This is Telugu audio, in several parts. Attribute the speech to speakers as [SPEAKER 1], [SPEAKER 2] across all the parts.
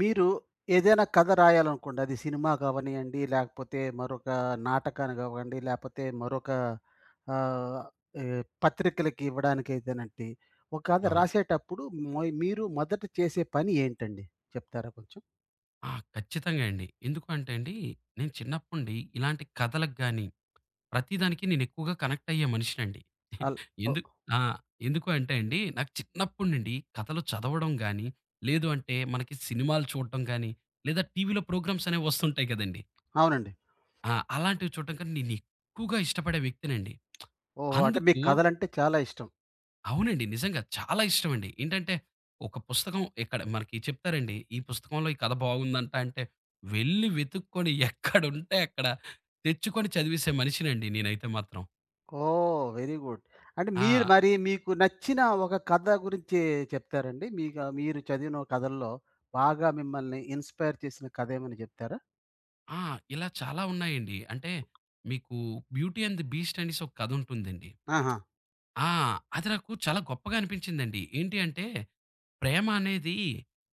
[SPEAKER 1] మీరు ఏదైనా కథ రాయాలనుకోండి. అది సినిమా కావనియండి, లేకపోతే మరొక నాటకాన్ని కావండి, లేకపోతే మరొక ఆహ్, ఏ పత్రికలకి ఇవ్వడానికైతేనండి. ఒక కథ
[SPEAKER 2] అవును.
[SPEAKER 1] రాసేటప్పుడు మీరు మొదట చేసే పని ఏంటండి? చెప్తారా కొంచెం?
[SPEAKER 2] ఆ! ఖచ్చితంగా అండి. ఎందుకు అంటే అండి, నేను చిన్నప్పటి ఇలాంటి కథలకు గాని, ప్రతిదానికి నేను ఎక్కువగా కనెక్ట్ అయ్యే మనిషినండి.
[SPEAKER 1] అల్ ఓ
[SPEAKER 2] ఎందు ఆ! ఎందుకు అంటే అండి, నాకు చిన్నప్పటి నుండి కథలు చదవడం గాని, లేదు అంటే మనకి సినిమాలు చూడటం గాని, లేదా టీవీలో ప్రోగ్రామ్స్ అనేవి వస్తుంటాయి కదండీ!
[SPEAKER 1] అవునండి.
[SPEAKER 2] అలాంటివి చూడటం కన్నా నేను ఎక్కువగా ఇష్టపడే వ్యక్తినండి.
[SPEAKER 1] ఓహో! అంటే మీకు
[SPEAKER 2] అందుకు
[SPEAKER 1] కథలంటే చాలా ఇష్టం.
[SPEAKER 2] అవునండి. నిజంగా చాలా ఇష్టమండి. ఏంటంటే, ఒక పుస్తకం ఇక్కడ మనకి చెప్తారండి, "ఈ పుస్తకంలో ఈ కథ బాగుందంట" అంటే, వెళ్లి వెతుక్కొని ఎక్కడుంటే అక్కడ తెచ్చుకొని చదివేసే మనిషినండి నేనైతే మాత్రం.
[SPEAKER 1] ఓహ్! Very good. అంటే మీరు
[SPEAKER 2] ఆ!
[SPEAKER 1] మరి మీకు నచ్చిన ఒక కథ గురించి చెప్తారండి? మీరు చదివిన కథల్లో బాగా మిమ్మల్ని ఇన్‌స్పైర్ చేసిన కథ ఏమైనా చెప్తారా?
[SPEAKER 2] ఆ! ఇలా చాలా ఉన్నాయండి. అంటే, మీకు 'బ్యూటీ అండ్ ది బీస్ట్' అనేసి ఒక కథ ఉంటుందండి.
[SPEAKER 1] ఆహా!
[SPEAKER 2] ఆ! అది నాకు చాలా గొప్పగా అనిపించిందండి. ఏంటి అంటే, ప్రేమ అనేది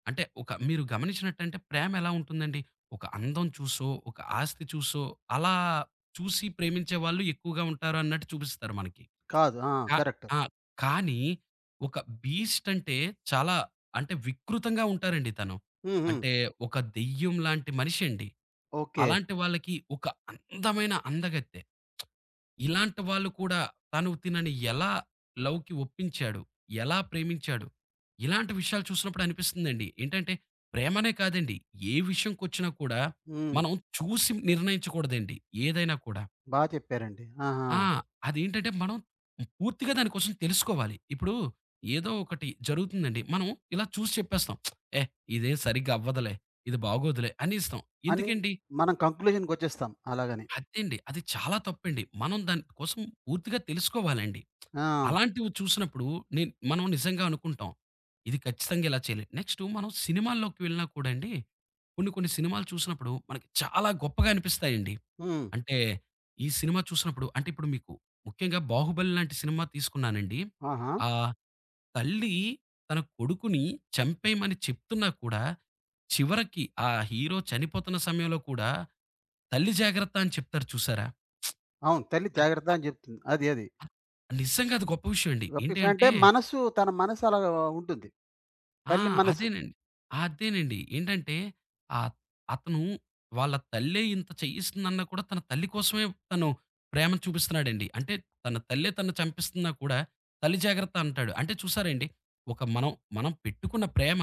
[SPEAKER 2] అంటే ఒక మీరు గమనించినట్టంటే ప్రేమ ఎలా ఉంటుందండి? ఒక అందం చూసో, ఒక ఆస్తి చూసో, అలా చూసి ప్రేమించే వాళ్ళు ఎక్కువగా ఉంటారు అన్నట్టు చూపిస్తారు మనకి.
[SPEAKER 1] కాదు. ఆ!
[SPEAKER 2] క
[SPEAKER 1] కరెక్ట్.
[SPEAKER 2] ఆ! కానీ ఒక బీస్ట్ అంటే చాలా అంటే వికృతంగా ఉంటారండి తను.
[SPEAKER 1] హ్మ్. హ్మ్.
[SPEAKER 2] అంటే ఒక దెయ్యం లాంటి మనిషండి.
[SPEAKER 1] ఓకే.
[SPEAKER 2] అలాంటి వాళ్ళకి ఒక అందమైన అందగత్తె. ఇలాంటి వాళ్ళు కూడా తను తినని ఎలా లవ్‌కి ఒప్పించాడు? ఎలా ప్రేమించాడు? ఇలాంటి విషయాలు చూసినప్పుడు అనిపిస్తుందండి. ఏంటంటే ప్రేమనే కాదండి. ఏ విషయంకొచ్చినా కూడా
[SPEAKER 1] హ్మ్.
[SPEAKER 2] మనం చూసి నిర్ణయించకూడదండి ఏదైనా కూడా.
[SPEAKER 1] బా చెప్పారండి. ఆహా!
[SPEAKER 2] ఆ! అదేంటంటే మనం పూర్తిగా దాని కోసం తెలుసుకోవాలి. ఇప్పుడు ఏదో ఒకటి జరుగుతుందండి. మనం ఇలా చూసి చెప్పేస్తాం. "ఏ! ఇదేం సరిగ్గా అవ్వదులే. ఇది బాగోదులే" అనేస్తాం.
[SPEAKER 1] అని
[SPEAKER 2] ఎందుకండి?
[SPEAKER 1] మనం కంక్లూజన్‌కొచ్చేస్తాం అలాగని.
[SPEAKER 2] అదేండి. అది చాలా తప్పండి. మనం దాని కోసం పూర్తిగా తెలుసుకోవాలండి.
[SPEAKER 1] ఆ!
[SPEAKER 2] అలాంటివి చూసినప్పుడు మనం నిజంగా అనుకుంటాం. ఇది ఖచ్చితంగా ఇలా చేయాలి. నెక్స్టు మనం సినిమాల్లోకి వెళ్ళినా కూడా అండి, కొన్ని కొన్ని సినిమాలు చూసినప్పుడు మనకి చాలా గొప్పగా అనిపిస్తాయండి.
[SPEAKER 1] హ్మ్.
[SPEAKER 2] అంటే ఈ సినిమా చూసినప్పుడు అంటే ఇప్పుడు మీకు ముఖ్యంగా 'బాహుబలి' లాంటి సినిమా తీసుకున్నానండి.
[SPEAKER 1] ఆహా!
[SPEAKER 2] ఆహ్, తల్లి తన కొడుకుని చంపేయమని చెప్తున్నా కూడా చివరికి ఆ హీరో చనిపోతున్న సమయంలో కూడా తల్లి జాగ్రత్త అని చెప్తారు చూసారా?
[SPEAKER 1] అవును. తల్లి జాగ్రత్త
[SPEAKER 2] అద్ అ
[SPEAKER 1] అని చెప్తుంది. అది అది.
[SPEAKER 2] అద్ నిజంగా అది గొప్ప విషయం అండి. ఏంటి
[SPEAKER 1] అంటే
[SPEAKER 2] అంటే
[SPEAKER 1] తన మనసు అలాగా ఉంటుంది.
[SPEAKER 2] ఆ!
[SPEAKER 1] తల్లి మనసు.
[SPEAKER 2] అదేనండి. అదేనండి. ఏంటంటే ఆహ్, అతను వాళ్ళ తల్లే ఇంత చేయిస్తుందన్నా కూడా తన తల్లి కోసమే తను ప్రేమ చూపిస్తున్నాడండి. అంటే తన తల్లే తనను చంపిస్తున్నా కూడా తల్లి జాగ్రత్త అంటాడు. అంటే చూసారా అండి? ఒక మనం మనం పెట్టుకున్న ప్రేమ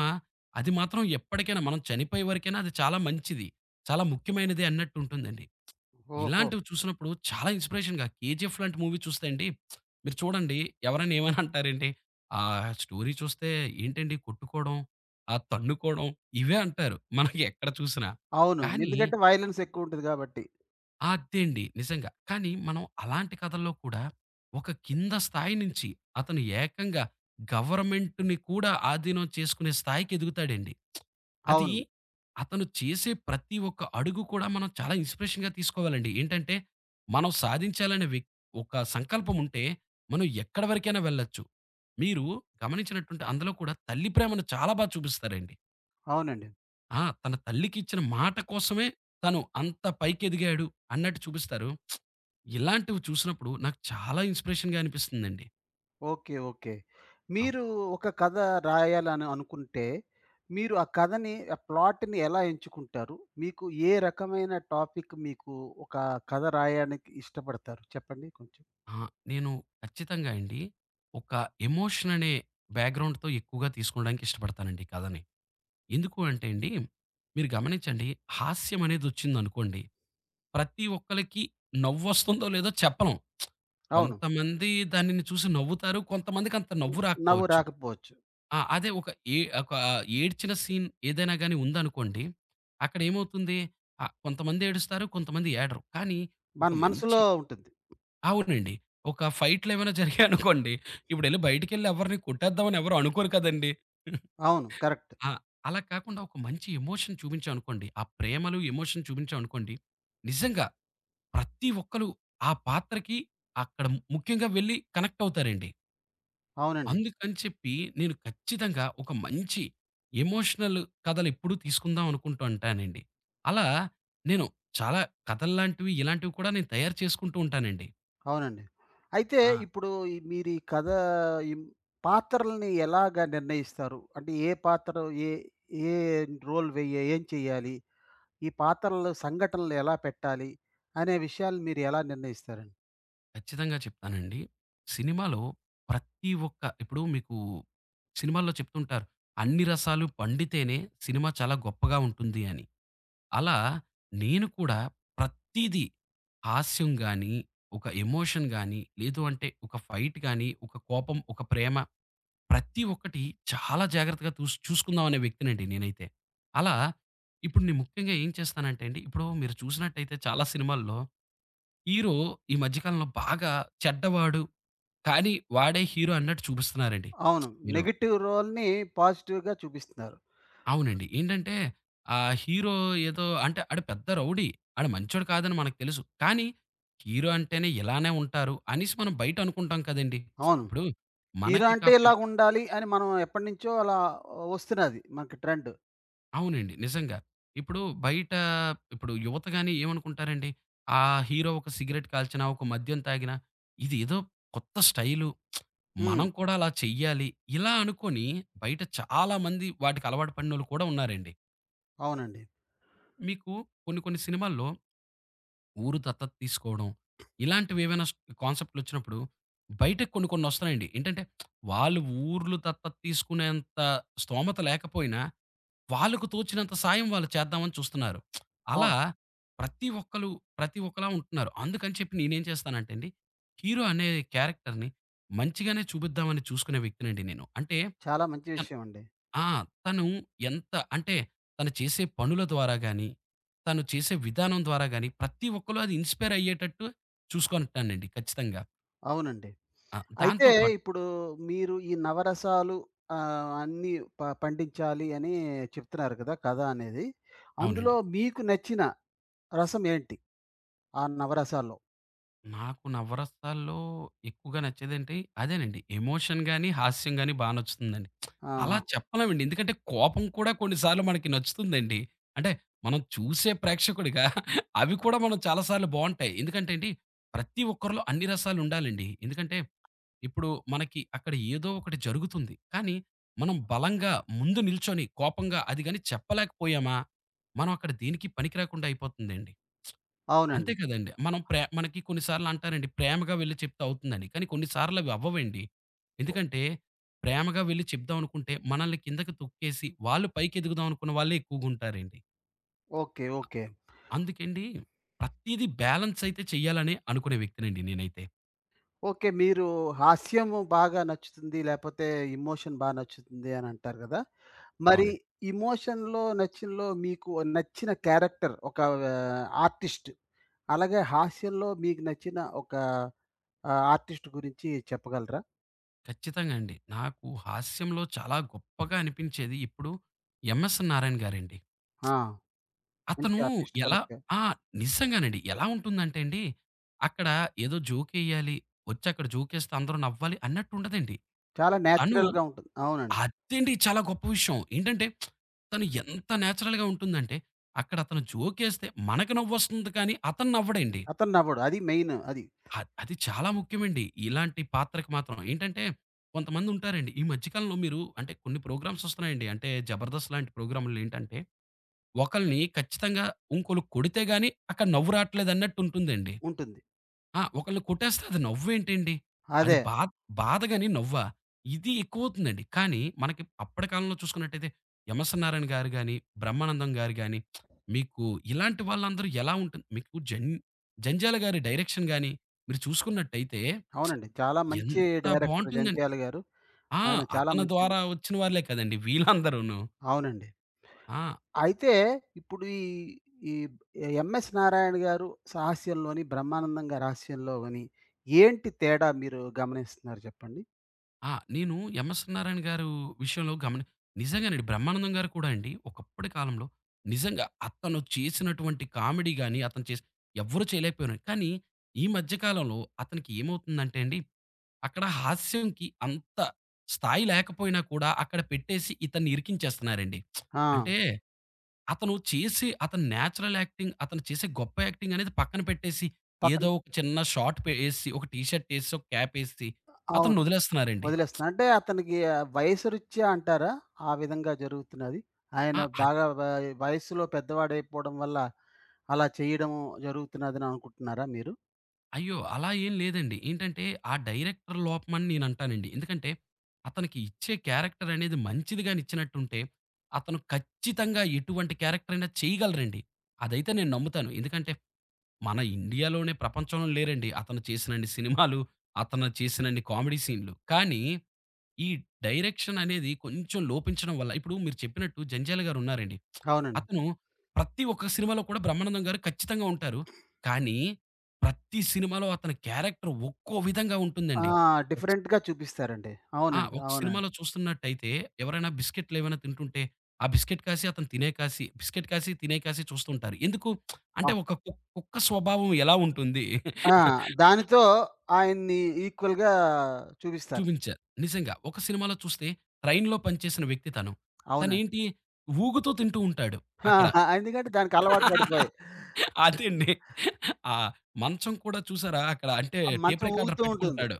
[SPEAKER 2] అది మాత్రం ఎప్పటికైనా మనం చనిపోయే వరకైనా అది చాలా మంచిది. చాలా ముఖ్యమైనది అన్నట్టు ఉంటుందండి.
[SPEAKER 1] ఓహో!
[SPEAKER 2] ఇలాంటివి చూసినప్పుడు చాలా ఇన్స్‌పిరేషన్‌గా 'కేజీఎఫ్' లాంటి మూవీ చూస్తే అండి, మీరు చూడండి ఎవరైనా ఏమైనా అంటారేంటి, స్టోరీ చూస్తే ఏంటండి కొట్టుకోవడం, ఆ తన్నుకోవడం ఇవే అంటారు. మనకి ఎక్కడ చూసినా.
[SPEAKER 1] అవును.
[SPEAKER 2] కానీ
[SPEAKER 1] ఎందుకంటే వయలెన్స్ ఎక్కువుంటది కాబట్టి.
[SPEAKER 2] అదేండి నిజంగా. కానీ మనం అలాంటి కథల్లో కూడా ఒక కింద స్థాయి నుంచి అతను ఏకంగా గవర్నమెంట్‌ని కూడా ఆధీనం చేసుకునే స్థాయికి ఎదుగుతాడండి. అది
[SPEAKER 1] అవును.
[SPEAKER 2] అతను చేసే ప్రతి ఒక్క అడుగు కూడా మనం చాలా ఇన్స్‌పిరేషన్‌గా తీసుకోవాలండి. ఏంటంటే, మనం సాధించాలనే వ్యక్ ఒక సంకల్పం ఉంటే, మనం ఎక్కడి వరకైనా వెళ్ళొచ్చు. మీరు గమనించినట్టుంటే అందులో కూడా తల్లి ప్రేమను చాలా బా చూపిస్తారండి.
[SPEAKER 1] అవునండి.
[SPEAKER 2] తన తల్లికి ఇచ్చిన మాట కోసమే తను అంత పైకెదిగాడు అన్నట్టు చూపిస్తారు. ఇలాంటివి చూసినప్పుడు నాకు చాలా ఇన్స్‌పిరేషన్‌గా అనిపిస్తుందండి.
[SPEAKER 1] ఓకే. ఓకే.
[SPEAKER 2] అవ్
[SPEAKER 1] మీరు ఒక కథ రాయాలని అనుకుంటే, మీరు ఆ కథని, ఆ ప్లాట్‌ని ఎలా ఎంచుకుంటారు? మీకు ఏ రకమైన టాపిక్ మీకు ఒక కథ రాయడానికి ఇష్టపడతారు? చెప్పండి కొంచెం.
[SPEAKER 2] ఆ! నేను ఖచ్చితంగా అండి. ఒక ఎమోషన్ అనే బ్యాక్‌గ్రౌండ్‌తో ఎక్కువగా తీసుకోవడానికి ఇష్టపడతానండి కథని. ఎందుకు అంటే అండి, మీరు గమనించండి హాస్యం అనేది వచ్చిందనుకోండి, ప్రతి ఒక్కళ్ళకి నవ్వొస్తుందో లేదో చెప్పలేం.
[SPEAKER 1] అవును.
[SPEAKER 2] కొంతమంది దానిని చూసి నవ్వుతారు. కొంతమందికి అంత
[SPEAKER 1] న్
[SPEAKER 2] నవ్వు
[SPEAKER 1] నవ్వు
[SPEAKER 2] రాకపోవచ్చు.
[SPEAKER 1] రాకపోవచ్చు.
[SPEAKER 2] ఆ! అదే ఒక ఏ ఒక ఏడ్చిన సీన్ ఏదైనా గాని ఉందనుకోండి, అక్కడ ఏమవుతుంది? కొంతమంది ఏడుస్తారు. కొంతమంది ఏడరు. కానీ
[SPEAKER 1] మన
[SPEAKER 2] ఒక
[SPEAKER 1] మనసులో
[SPEAKER 2] మంచి
[SPEAKER 1] ఉంటుంది.
[SPEAKER 2] అవునండి. ఒక ఫైట్‌లేమైనా జరిగాయనుకోండి, ఇప్పుడెళ్లి బయటికెళ్లి ఎవరిని కొట్టేద్దామని ఎవరు అనుకోరు కదండీ!
[SPEAKER 1] అవును. కరెక్ట్.
[SPEAKER 2] ఆ! అలా కాకుండా ఒక మంచి ఎమోషన్ చూపించామనుకోండి, ఆ ప్రేమలు, ఎమోషన్ చూపించామనుకోండి, నిజంగా ప్రతి ఒక్కళ్ళు ఆ పాత్రకి అక్కడ ముఖ్యంగా వెళ్లి కనెక్ట్ అవుతారండి.
[SPEAKER 1] అవునండి.
[SPEAKER 2] అందుకని చెప్పి నేను ఖచ్చితంగా ఒక మంచి ఎమోషనల్ కథలెప్పుడూ తీసుకుందాం అనుకుంటూ ఉంటానండి. అలా నేను చాలా కథల్లాంటివి, ఇలాంటివి కూడా నేను తయారు చేసుకుంటూ ఉంటానండి.
[SPEAKER 1] అవునండి. అయితే
[SPEAKER 2] ఆ!
[SPEAKER 1] ఇప్పుడు మీరు ఈ కథ ఈ పాత్రలని ఎలాగా నిర్ణయిస్తారు? అంటే ఏ పాత్ర ఏ ఏ రోల్ వెయ్య ఏం చేయాలి? ఈ పాత్రలు సంఘటనలు ఎలా పెట్టాలి అనే విషయాలు మీరు ఎలా నిర్ణయిస్తారండి?
[SPEAKER 2] ఖచ్చితంగా చెప్తానండి. సినిమాలో ప్రతి ఒక్క ఇప్పుడు మీకు సినిమాల్లో చెప్తుంటారు. అన్ని రసాలు పండితేనే సినిమా చాలా గొప్పగా ఉంటుంది అని. అలా నేను కూడా ప్రతీదీ హాస్యం గాని, ఒక ఎమోషన్ గాని, లేదు అంటే ఒక ఫైట్ గాని, ఒక కోపం, ఒక ప్రేమ ప్రతి ఒక్కటి చాలా జాగ్రత్తగా చూసుకుందాం అనే వ్యక్తినండి నేనైతే. అలా ఇప్పుడు నేను ముఖ్యంగా ఏం చేస్తానంటే అండి, ఇప్పుడు మీరు చూసినట్టయితే చాలా సినిమాల్లో హీరో ఈ మధ్య కాలంలో బాగా చెడ్డవాడు కానీ వాడే హీరో అన్నట్టు చూపిస్తున్నారండి.
[SPEAKER 1] అవును.
[SPEAKER 2] మీరు
[SPEAKER 1] నెగెటివ్ రోల్‌ని పాజిటివ్‌గా చూపిస్తున్నారు.
[SPEAKER 2] అవునండి. ఏంటంటే ఆ హీరో ఏదో అంటే ఆడు పెద్ద రౌడీ. ఆడు మంచోడు కాదని మనకు తెలుసు. కానీ హీరో అంటేనే ఇలానే ఉంటారు అనేసి మనం బయట అనుకుంటాం కదండీ!
[SPEAKER 1] అవును.
[SPEAKER 2] ఇప్పుడు
[SPEAKER 1] హీరో
[SPEAKER 2] మనకి
[SPEAKER 1] అంటే
[SPEAKER 2] కాపోయినా
[SPEAKER 1] ఇలాగుండాలి అని మనం ఎప్పటినుంచో అలా వస్తున్నది మనకి ట్రెండ్.
[SPEAKER 2] అవునండి. నిజంగా. ఇప్పుడు బయట ఇప్పుడు యువత గాని ఏమనుకుంటారండి? ఆ హీరో ఒక సిగరెట్ కాల్చినా, ఒక మద్యం తాగినా ఇదేదో కొత్త స్టైలు.
[SPEAKER 1] హ్మ్.
[SPEAKER 2] మనం కూడా అలా చెయ్యాలి. ఇలా అనుకోని బయట చాలా మంది వాటికి అలవాటు పడినోళ్ళు కూడా ఉన్నారండి.
[SPEAKER 1] అవునండి.
[SPEAKER 2] మీకు కొన్ని కొన్ని సినిమాల్లో ఊరు దత్తత తీసుకోవడం, ఇలాంటివేవైనా స్ కాన్సెప్ట్‌లొచ్చినప్పుడు బయటకి కొన్ని కొన్ని వస్తున్నాయండి. ఏంటంటే వాళ్ళు ఊర్లు దత్తత తీసుకునేంత స్తోమత లేకపోయినా, వాళ్ళకు తోచినంత సాయం వాళ్ళు చేద్దామని చూస్తున్నారు. అలా
[SPEAKER 1] అవును.
[SPEAKER 2] ప్రతి ఒక్కళ్ళు ప్రతి ఒక్కలా ఉంటున్నారు. అందుకని చెప్పి నేనేం చేస్తానంటే అండి, హీరో అనే క్యారెక్టర్‌ని మంచిగానే చూపిద్దామని చూసుకునే వ్యక్తినండి నేను. అంటే
[SPEAKER 1] చాలా మంచి విషయం అండి.
[SPEAKER 2] ఆ! తను ఎంత అంటే తను చేసే పనుల ద్వారా గాని, తను చేసే విధానం ద్వారా గాని ప్రతి ఒక్కళ్ళు అది ఇన్‌స్పైర్ అయ్యేటట్టు చూసుకుంటానండి ఖచ్చితంగా.
[SPEAKER 1] అవునండి.
[SPEAKER 2] ఆ!
[SPEAKER 1] అయితే
[SPEAKER 2] దాంతో పాటు
[SPEAKER 1] ఇప్పుడు మీరు ఈ నవరసాలు అన్నీ పండించాలి అని చెప్తున్నారు కదా! కథ అనేది. అందులో
[SPEAKER 2] అవునండి.
[SPEAKER 1] మీకు నచ్చిన రసం ఏంటి? ఆ నవరసాల్లో?
[SPEAKER 2] నాకు నవరసాల్లో ఎక్కువగా నచ్చేదేంటి అదేనండి. ఎమోషన్ గాని, హాస్యం గాని బా నచ్చుతుందండి. అలా
[SPEAKER 1] ఆహా!
[SPEAKER 2] చెప్పలేమండి. ఎందుకంటే కోపం కూడా కొన్ని సార్లు మనకి నచ్చుతుందండి. అంటే మనం చూసే ప్రేక్షకుడిగా అవి కూడా మనం చాలా సార్లు బావుంటాయి. ఎందుకంటే అండి ప్రతి ఒక్కరిలో అన్ని రసాలుండాలండి. ఎందుకంటే ఇప్పుడు మనకి అక్కడ ఏదో ఒకటి జరుగుతుంది. కానీ మనం బలంగా ముందు నిల్చొని కోపంగా అది గాని చెప్పలేకపోయామా, మనం అక్కడ దేనికి పనికి రాకుండా అయిపోతుందండి. అంతే
[SPEAKER 1] అవునండి.
[SPEAKER 2] కదండీ. మనం ప్రే మనకి కొన్ని సార్లు అంటారండి ప్రేమగా వెళ్లి చెప్తే అవుతుందని. కానీ కొన్ని సార్లు అవి అవ్వవండి. ఎందుకంటే ప్రేమగా వెళ్లి చెప్దాం అనుకుంటే మనల్ని కిందకి తొక్కేసి, వాళ్ళు పైకి ఎదుగుదాం అనుకున్న వాళ్ళే ఎక్కువగుంటారండి.
[SPEAKER 1] ఓకే. ఓకే.
[SPEAKER 2] అందుకండి ప్రతీది బ్యాలెన్స్ అయితే చేయాలని అనుకునే వ్యక్తినండి నేనైతే.
[SPEAKER 1] ఓకే. మీరు హాస్యము బాగా నచ్చుతుంది, లేపోతే ఎమోషన్ బా నచ్చుతుంది అనంటారు గదా! మరి
[SPEAKER 2] అవునండి.
[SPEAKER 1] ఎమోషన్‌లో, నచ్చినలో మీకు నచ్చిన క్యారెక్టర్ ఒక ఆర్టిస్ట్, అలాగే హాస్యంలో మీకు నచ్చిన ఒక ఆర్టిస్ట్ గురించి చెప్పగలరా?
[SPEAKER 2] ఖచ్చితంగా అండి. నాకు హాస్యంలో చాలా గొప్పగా అనిపించేది ఇప్పుడు ఎంఎస్ నారాయణ గారండి.
[SPEAKER 1] ఆ! మంచి
[SPEAKER 2] అతను
[SPEAKER 1] ఆర్టిస్ట్
[SPEAKER 2] ఎలా
[SPEAKER 1] కరెక్టే.
[SPEAKER 2] ఆ! నిజంగానండి. ఎలా ఉంటుందంటే అండి, అక్కడ ఏదో జోకేయాలి, వచ్చి అక్కడ జోకేస్తే అందరూ నవ్వాలి అన్నట్టు ఉండదండి.
[SPEAKER 1] చాలా
[SPEAKER 2] తను
[SPEAKER 1] నేచురల్‌గా ఉంటుంది. అవునండి.
[SPEAKER 2] అదండి చాలా గొప్ప విషయం. ఏంటంటే, తను ఎంత నేచురల్‌గా ఉంటుందంటే, అక్కడ అతను జోకేస్తే మనకు నవ్వొస్తుంది కానీ, అతను నవ్వడండి.
[SPEAKER 1] అతను నవ్వడు. అది మెయిన్
[SPEAKER 2] అది చాలా ముఖ్యమండి. ఇలాంటి పాత్రకి మాత్రం. ఏంటంటే, కొంతమందుంటారండి. ఈ మధ్య కాలంలో మీరు అంటే కొన్ని ప్రోగ్రామ్స్ వస్తున్నాయండి. అంటే 'జబర్దస్త్' లాంటి ప్రోగ్రాములేంటంటే ఒకళ్ళని ఖచ్చితంగా ఇంకోళ్ళు కొడితే గాని అక్కడ నవ్వు రాట్లేదన్నట్టుంటుందండి.
[SPEAKER 1] ఉంటుంది.
[SPEAKER 2] ఒకళ్ళని కొట్టేస్తే అది నవ్వేంటండి? అది
[SPEAKER 1] అదే.
[SPEAKER 2] బాధ గాని నవ్వా? ఇది ఎక్కువవుతుందండి. కానీ మనకి అప్పటి కాలంలో చూసుకున్నట్టయితే ఎం.ఎస్. నారాయణ గారు గాని, బ్రహ్మానందం గారు గాని, మీకు ఇలాంటి వాళ్ళందరూ ఎలా ఉంటుంది మీకు జంధ్యాల గారి డైరెక్షన్ గాని మీరు చూసుకున్నట్టయితే
[SPEAKER 1] అవునండి. చాలా మంచి
[SPEAKER 2] ఎంత
[SPEAKER 1] డైరెక్టర్
[SPEAKER 2] బావుంటుందండి.
[SPEAKER 1] జంత్యాల గారు.
[SPEAKER 2] ఆ!
[SPEAKER 1] ఆయన చాలా
[SPEAKER 2] అతని
[SPEAKER 1] మంచి
[SPEAKER 2] ద్వారా వచ్చిన వాళ్ళే కదండీ వీళ్ళందరూను.
[SPEAKER 1] అవునండి.
[SPEAKER 2] ఆ!
[SPEAKER 1] అయితే ఇప్పుడు ఈ ఈ ఎంఎస్ నారాయణ గారు సాహాస్యంలోని, బ్రహ్మానందం గారి హాస్యంలో గాని ఏంటి తేడా మీరు గమనిస్తున్నారు చెప్పండి?
[SPEAKER 2] ఆ! నేను 'ఎంఎస్ నారాయణ' గారు విషయంలో గమని నిజంగానండి. 'బ్రహ్మానందం' గారు కూడా అండి ఒకప్పటి కాలంలో నిజంగా అతను చేసినటువంటి కామెడీ గాని, అతను చేసి ఎవ్వరు చేయలేకపోయారు. కానీ ఈ మధ్య కాలంలో అతనికి ఏమవుతుందంటే అండి, అక్కడ హాస్యంకి అంత స్థాయి లేకపోయినా కూడా అక్కడ పెట్టేసి ఇతన్ని ఇరికించేస్తున్నారండి.
[SPEAKER 1] ఆ!
[SPEAKER 2] అంటే అతను చేసే అతని నేచురల్ యాక్టింగ్, అతను చేసే గొప్ప యాక్టింగ్ అనేది పక్కన పెట్టేసి
[SPEAKER 1] పక్కన
[SPEAKER 2] ఏదో ఒక చిన్న షార్ట్ పే ఏసి, ఒక టీ షర్ట్ ఏసి, ఒక క్యాప్ ఏసి
[SPEAKER 1] అవును.
[SPEAKER 2] అతన్ని వదిలేస్తున్నారండి.
[SPEAKER 1] వదిలేస్తున్నారు. అంటే అతనికి వయసు రీత్యా అంటారా? ఆ విధంగా జరుగుతున్నది. ఆయన
[SPEAKER 2] ఆ!
[SPEAKER 1] బాగా వ వయస్సులో పెద్దవాడైపోవడం వల్ల అలా చేయడం జరుగుతున్నదని అనుకుంటున్నారా మీరు?
[SPEAKER 2] అయ్యో! అలా ఏం లేదండి. ఏంటంటే ఆ డైరెక్టర్ లోపమని నేను అంటానండి. ఎందుకంటే అతనికి ఇచ్చే క్యారెక్టర్ అనేది మంచిది గాని ఇచ్చినట్టుంటే, అతను ఖచ్చితంగా ఎటువంటి క్యారెక్టర్ అయినా చేయగలరండి. అదైతే నేను నమ్ముతాను. ఎందుకంటే మన ఇండియాలోనే ప్రపంచంలో లేరండి అతను చేసినన్ని సినిమాలు, అతను చేసినన్ని కామెడీ సీన్‌లు. కానీ ఈ డైరెక్షన్ అనేది కొంచెం లోపించడం వల్ల ఇప్పుడు మీరు చెప్పినట్టు 'జంధ్యాల' గారు ఉన్నారండి.
[SPEAKER 1] అవునండి.
[SPEAKER 2] అతను ప్రతి ఒక్క సినిమాలో కూడా 'బ్రహ్మానందం' గారు ఖచ్చితంగా ఉంటారు. కానీ ప్రతి సినిమాలో అతని క్యారెక్టర్ ఒక్కో విధంగా
[SPEAKER 1] ఆ!
[SPEAKER 2] ఉంటుందండి. ఒక సి
[SPEAKER 1] డిఫరెంట్‌గా చూపిస్తారండి.
[SPEAKER 2] ఆ!
[SPEAKER 1] అవునండి.
[SPEAKER 2] ఒక
[SPEAKER 1] అవునండి.
[SPEAKER 2] సినిమాలో చూస్తున్నట్టయితే ఎవరైనా బిస్కెట్‌లు ఏమైనా తింటుంటే, ఆ బిస్కెట్ కాసి అతను తినే కాసి, బిస్కెట్ కాసి తినే కాసి చూస్తుంటారు. ఎందుకు?
[SPEAKER 1] ఆ!
[SPEAKER 2] అంటే ఒక కుక్క స్వభావం ఎలా ఉంటుంది?
[SPEAKER 1] ఆ! దానితో ఆయన్ని ఈక్వల్‌గా చూపిస్తారు.
[SPEAKER 2] చూపించారు. నిజంగా. ఒక సినిమాలో చూస్తే ట్రైన్‌లో పనిచేసిన వ్యక్తి తను.
[SPEAKER 1] అవునండి.
[SPEAKER 2] తనేంటి ఊగుతూ తింటూ ఉంటాడు అక్కడ.
[SPEAKER 1] ఎందుకంటే దానికలవాటు పడిపోయి.
[SPEAKER 2] అదండి. ఆ మంచం కూడా చూసారా అక్కడ అంటే
[SPEAKER 1] ఆ
[SPEAKER 2] టేప్
[SPEAKER 1] మంచం
[SPEAKER 2] రికార్డర్
[SPEAKER 1] ఊగుతూ ఉంటుంది.
[SPEAKER 2] పెట్టుకుంటాడు.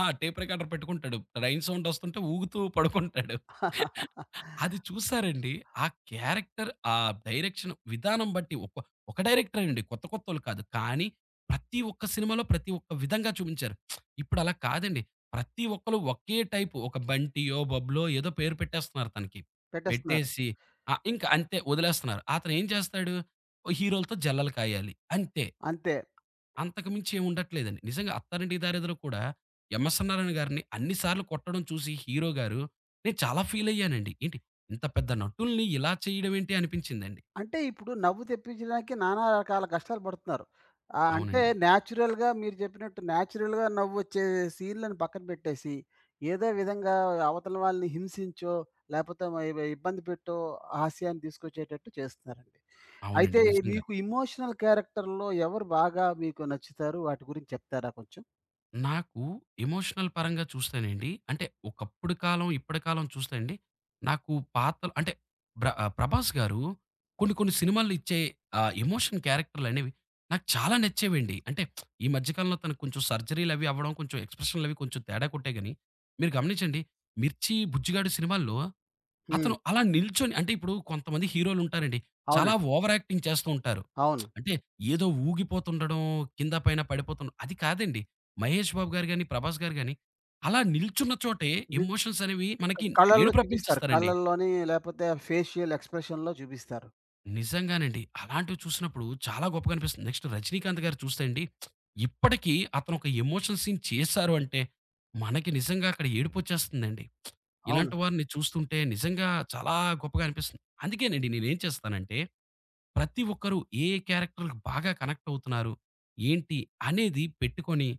[SPEAKER 2] టేప్ రికార్డర్ పెట్టుకుంటాడు. ట్రైన్ సౌండ్ ఒస్తుంటే ఊగుతూ పడుకుంటాడు. అది చూసారండి. ఆ క్యారెక్టర్, ఆ డైరెక్షన్ విధానం బట్టి ఒక ఒక డైరెక్టరే అండి. కొత్త కొత్తోళ్ళు కాదు. కానీ ప్రతి ఒక్క సినిమాలో ప్రతి ఒక్క విధంగా చూపించారు. ఇప్పుడలా కాదండి. ప్రతి ఒక్కళ్ళు ఒకే టైపు ఒక బంటియో, బబ్లో ఏదో పేరు పెట్టేస్తున్నారు తనకి.
[SPEAKER 1] పెట్టేస్తున్నారు.
[SPEAKER 2] పెట్టేసి ఆ! ఇంక అంతే వదిలేస్తున్నారు. అతనేం చేస్తాడు, ఓ హీరోలతో జల్లలు కాయాలి అంతే.
[SPEAKER 1] అంతే.
[SPEAKER 2] అంతకు మించి ఏమి ఉండట్లేదండి. నిజంగా 'అత్తారింటికి దారేదిలో' కూడా ఎంఎస్ నారాయణ గారిని అన్ని సార్లు కొట్టడం చూసి హీరో గారు నేను చాలా ఫీల్ అయ్యానండి. ఏంటి ఇంత పెద్ద నటుల్ని ఇలా చేయడం ఏంటి అనిపించిందండి.
[SPEAKER 1] అంటే ఇప్పుడు నవ్వు తెప్పించడానికి నానా రకాల కష్టాలు పడుతున్నారు. అంటే
[SPEAKER 2] అవునండి.
[SPEAKER 1] మీరు చెప్పినట్టు నేచురల్‌గా నవ్వొచ్చే సీన్‌లను పక్కన పెట్టేసి, ఏదో విధంగా అవతల వాళ్ళని హింసించో, లేపోతే మ ఇబ ఇబ్బంది పెట్టో హాస్యాన్ని తీసుకొచ్చేటట్టు చేస్తున్నారండి. అయితే
[SPEAKER 2] అవునండి. నిజంగా.
[SPEAKER 1] మీకు ఇమోషనల్ క్యారెక్టర్‌లో ఎవరు బాగా మీకు నచ్చుతారు? వాటి గురించి చెప్తారా కొంచెం?
[SPEAKER 2] నాకు ఎమోషనల్ పరంగా చూస్తేనండి అంటే ఒకప్పుడు కాలం, ఇప్పటి కాలం చూస్తే అండి, నాకు పాత్రలు అంటే 'ప్రభాస్' గారు కొన్ని కొన్ని సినిమాల్లో ఇచ్చే ఎమోషన్ క్యారెక్టర్‌లనేవి నాకు చాలా నచ్చేవండి. అంటే ఈ మధ్య కాలంలో తనకు కొంచెం సర్జరీలవి అవ్వడం, కొంచెం ఎక్స్‌ప్రెషన్‌లవి కొంచెం తేడా కొట్టాయి గాని, మీరు గమనించండి 'మిర్చి', 'బుజ్జిగాడు' సినిమాల్లో
[SPEAKER 1] హ్మ్.
[SPEAKER 2] అతను అలా నిల్చొని అంటే ఇప్పుడు కొంతమంది హీరోలుంటారండి. చాలా
[SPEAKER 1] అవునండి.
[SPEAKER 2] ఓవర్ యాక్టింగ్ చేస్తూ ఉంటారు.
[SPEAKER 1] అవును.
[SPEAKER 2] అంటే ఏదో ఊగిపోతుండడం, కింద పైన పడిపోతుండడం అది కాదండి. 'మహేష్ బాబు' గారు గాని, 'ప్రభాస్' గారు గాని అలా నిల్చున్న చోటే
[SPEAKER 1] ని
[SPEAKER 2] ఎమోషన్స్ అనేవి మనకి
[SPEAKER 1] కళ్ళల్లో
[SPEAKER 2] ఏడుపు
[SPEAKER 1] చూపిస్తారు.
[SPEAKER 2] రప్పించేస్తారండి.
[SPEAKER 1] కళ్ళల్లోని లేపోతే ఫేషియల్ ఎక్స్‌ప్రెషన్‌లో చూపిస్తారు.
[SPEAKER 2] నిజంగానండి. అలాంటివి చూసినప్పుడు చాలా గొప్పగా అనిపిస్తుంది. నెక్స్ట్ 'రజనీకాంత్' గారు చూస్తే అండి, ఇప్పటికీ అతను ఒక ఎమోషనల్ సీన్ చేశారు అంటే, మనకి నిజంగా అక్కడ ఏడుపొచ్చేస్తుందండి.
[SPEAKER 1] అవును.
[SPEAKER 2] ఇలాంటి వారిని చూస్తుంటే నిజంగా చాలా గొప్పగా అనిపిస్తుంది. అందుకేనండి నేనేం చేస్తానంటే ప్రతి ఒక్కరు ఏ ఏ క్యారెక్టర్‌కి బాగా కనెక్ట్ అవుతున్నారు? ఏంటి? అనేది పెట్టుకొని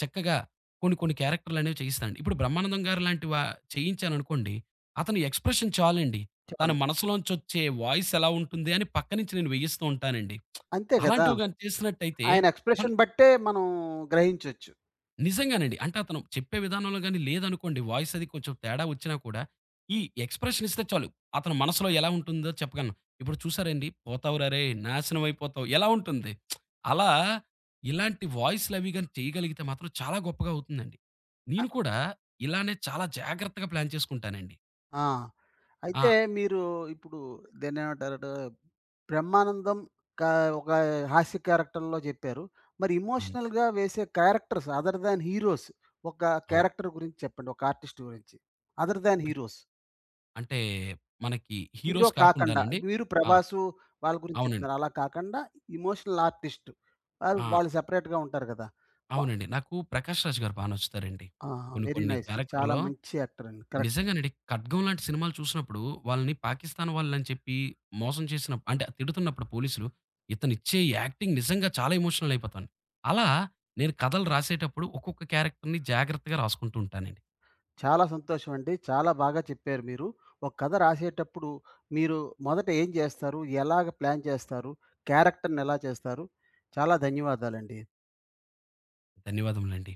[SPEAKER 2] చక్కగా కొన్ని కొన్ని క్యారెక్టర్‌లనేవి చేయిస్తానండి. ఇప్పుడు 'బ్రహ్మానందం' గారు లాంటి వా చేయించాననుకోండి, అతని ఎక్స్‌ప్రెషన్ చాలండి. తన
[SPEAKER 1] చాలు.
[SPEAKER 2] మనసులోంచొచ్చే వాయిస్ ఎలా ఉంటుంది అని పక్క నుంచి నేను వేయిస్తూ ఉంటానండి.
[SPEAKER 1] అంతే గదా!
[SPEAKER 2] అలాంటివి గాని చేసినట్టయితే
[SPEAKER 1] ఆయన
[SPEAKER 2] మన
[SPEAKER 1] ఎక్స్‌ప్రెషన్ బట్టే మనం గ్రహించొచ్చు.
[SPEAKER 2] నిజంగానండి. అంటే అతను చెప్పే విధానంలో గాని లేదనుకోండి వాయిస్ అది కొంచెం తేడా వచ్చినా కూడా ఈ ఎక్స్‌ప్రెషన్ ఇస్తే చాలు. అతని మనసులో ఎలా ఉంటుందో చెప్పగలను. ఇప్పుడు చూసారండి 'పోతావురా రేయ్ నాశనం అయిపోతావు' ఎలా ఉంటుంది? అలా ఇలాంటి వాయిస్‌లవి గాని చేయగలిగితే మాత్రం చాలా గొప్పగా అవుతుందండి.
[SPEAKER 1] అ
[SPEAKER 2] నేను కూడా ఇలానే చాలా జాగ్రత్తగా ప్లాన్ చేసుకుంటానండి.
[SPEAKER 1] ఆ!
[SPEAKER 2] ఆ!
[SPEAKER 1] అయితే మీరు ఇప్పుడు దేన్నేమంటారటు బ్రహ్మానందం క ఒక హాస్య క్యారెక్టర్‌లో జెప్పారు. మరి
[SPEAKER 2] అవును.
[SPEAKER 1] ఎమోషనల్‌గా వేసే క్యారెక్టర్స్ అదర్ థాన్ హీరోస్ ఒక
[SPEAKER 2] అవును.
[SPEAKER 1] క్యారెక్టర్ గురించి చెప్పండి. ఒక ఆర్టిస్ట్ గురించి. Other than
[SPEAKER 2] un
[SPEAKER 1] heroes.
[SPEAKER 2] అంటే మనకి
[SPEAKER 1] హీరో
[SPEAKER 2] హీరోస్
[SPEAKER 1] కాకండా.
[SPEAKER 2] కాకుండానండి
[SPEAKER 1] మీరు
[SPEAKER 2] ఆ!
[SPEAKER 1] 'ప్రభాసు' వాళ్ళ గురించి
[SPEAKER 2] అవునండి.
[SPEAKER 1] చెప్తున్నారు. అలా కాకండా ఎమోషనల్ ఆర్టిస్ట్. వాళ్ళు
[SPEAKER 2] ఆ!
[SPEAKER 1] వాళ్ళు సెపరేట్‌గా ఉంటారు కదా! వ
[SPEAKER 2] అవునండి. నాకు 'ప్రకాష్ రాజ్' గారు బా నచ్చుతారండి.
[SPEAKER 1] ఆ!
[SPEAKER 2] కొన్ని
[SPEAKER 1] వెరీ
[SPEAKER 2] కొన్ని
[SPEAKER 1] నైస్. చాలా
[SPEAKER 2] క్యారెక్టర్‌లో
[SPEAKER 1] మంచి యాక్టర్ అండి. కరెక్ట్.
[SPEAKER 2] నిజంగానండి. 'ఖడ్గం' లాంటి సినిమాలు చూసినప్పుడు వాళ్ళని పాకిస్తాన్ వాళ్ళని చెప్పి మోసం చేసిన అంటే తిడుతున్నప్పుడు పోలీసులు, ఇతనిచ్చే యాక్టింగ్ నిజంగా చాలా ఎమోషనల్ అయిపోతాను. అలా నేను కథలు రాసేటప్పుడు ఒక్కొక్క క్యారెక్టర్‌ని జాగ్రత్తగా రాసుకుంటూ ఉంటానండి.
[SPEAKER 1] చాలా సంతోషం అండి. చాలా బాగా చెప్పారు మీరు. ఒక కథ రాసేటప్పుడు మీరు మొదట ఏం చేస్తారు? ఎలాగ ప్లాన్ చేస్తారు? క్యారెక్టర్‌ని ఎలా చేస్తారు? చాలా ధన్యవాదాలండి.
[SPEAKER 2] ధన్యవాదములండి.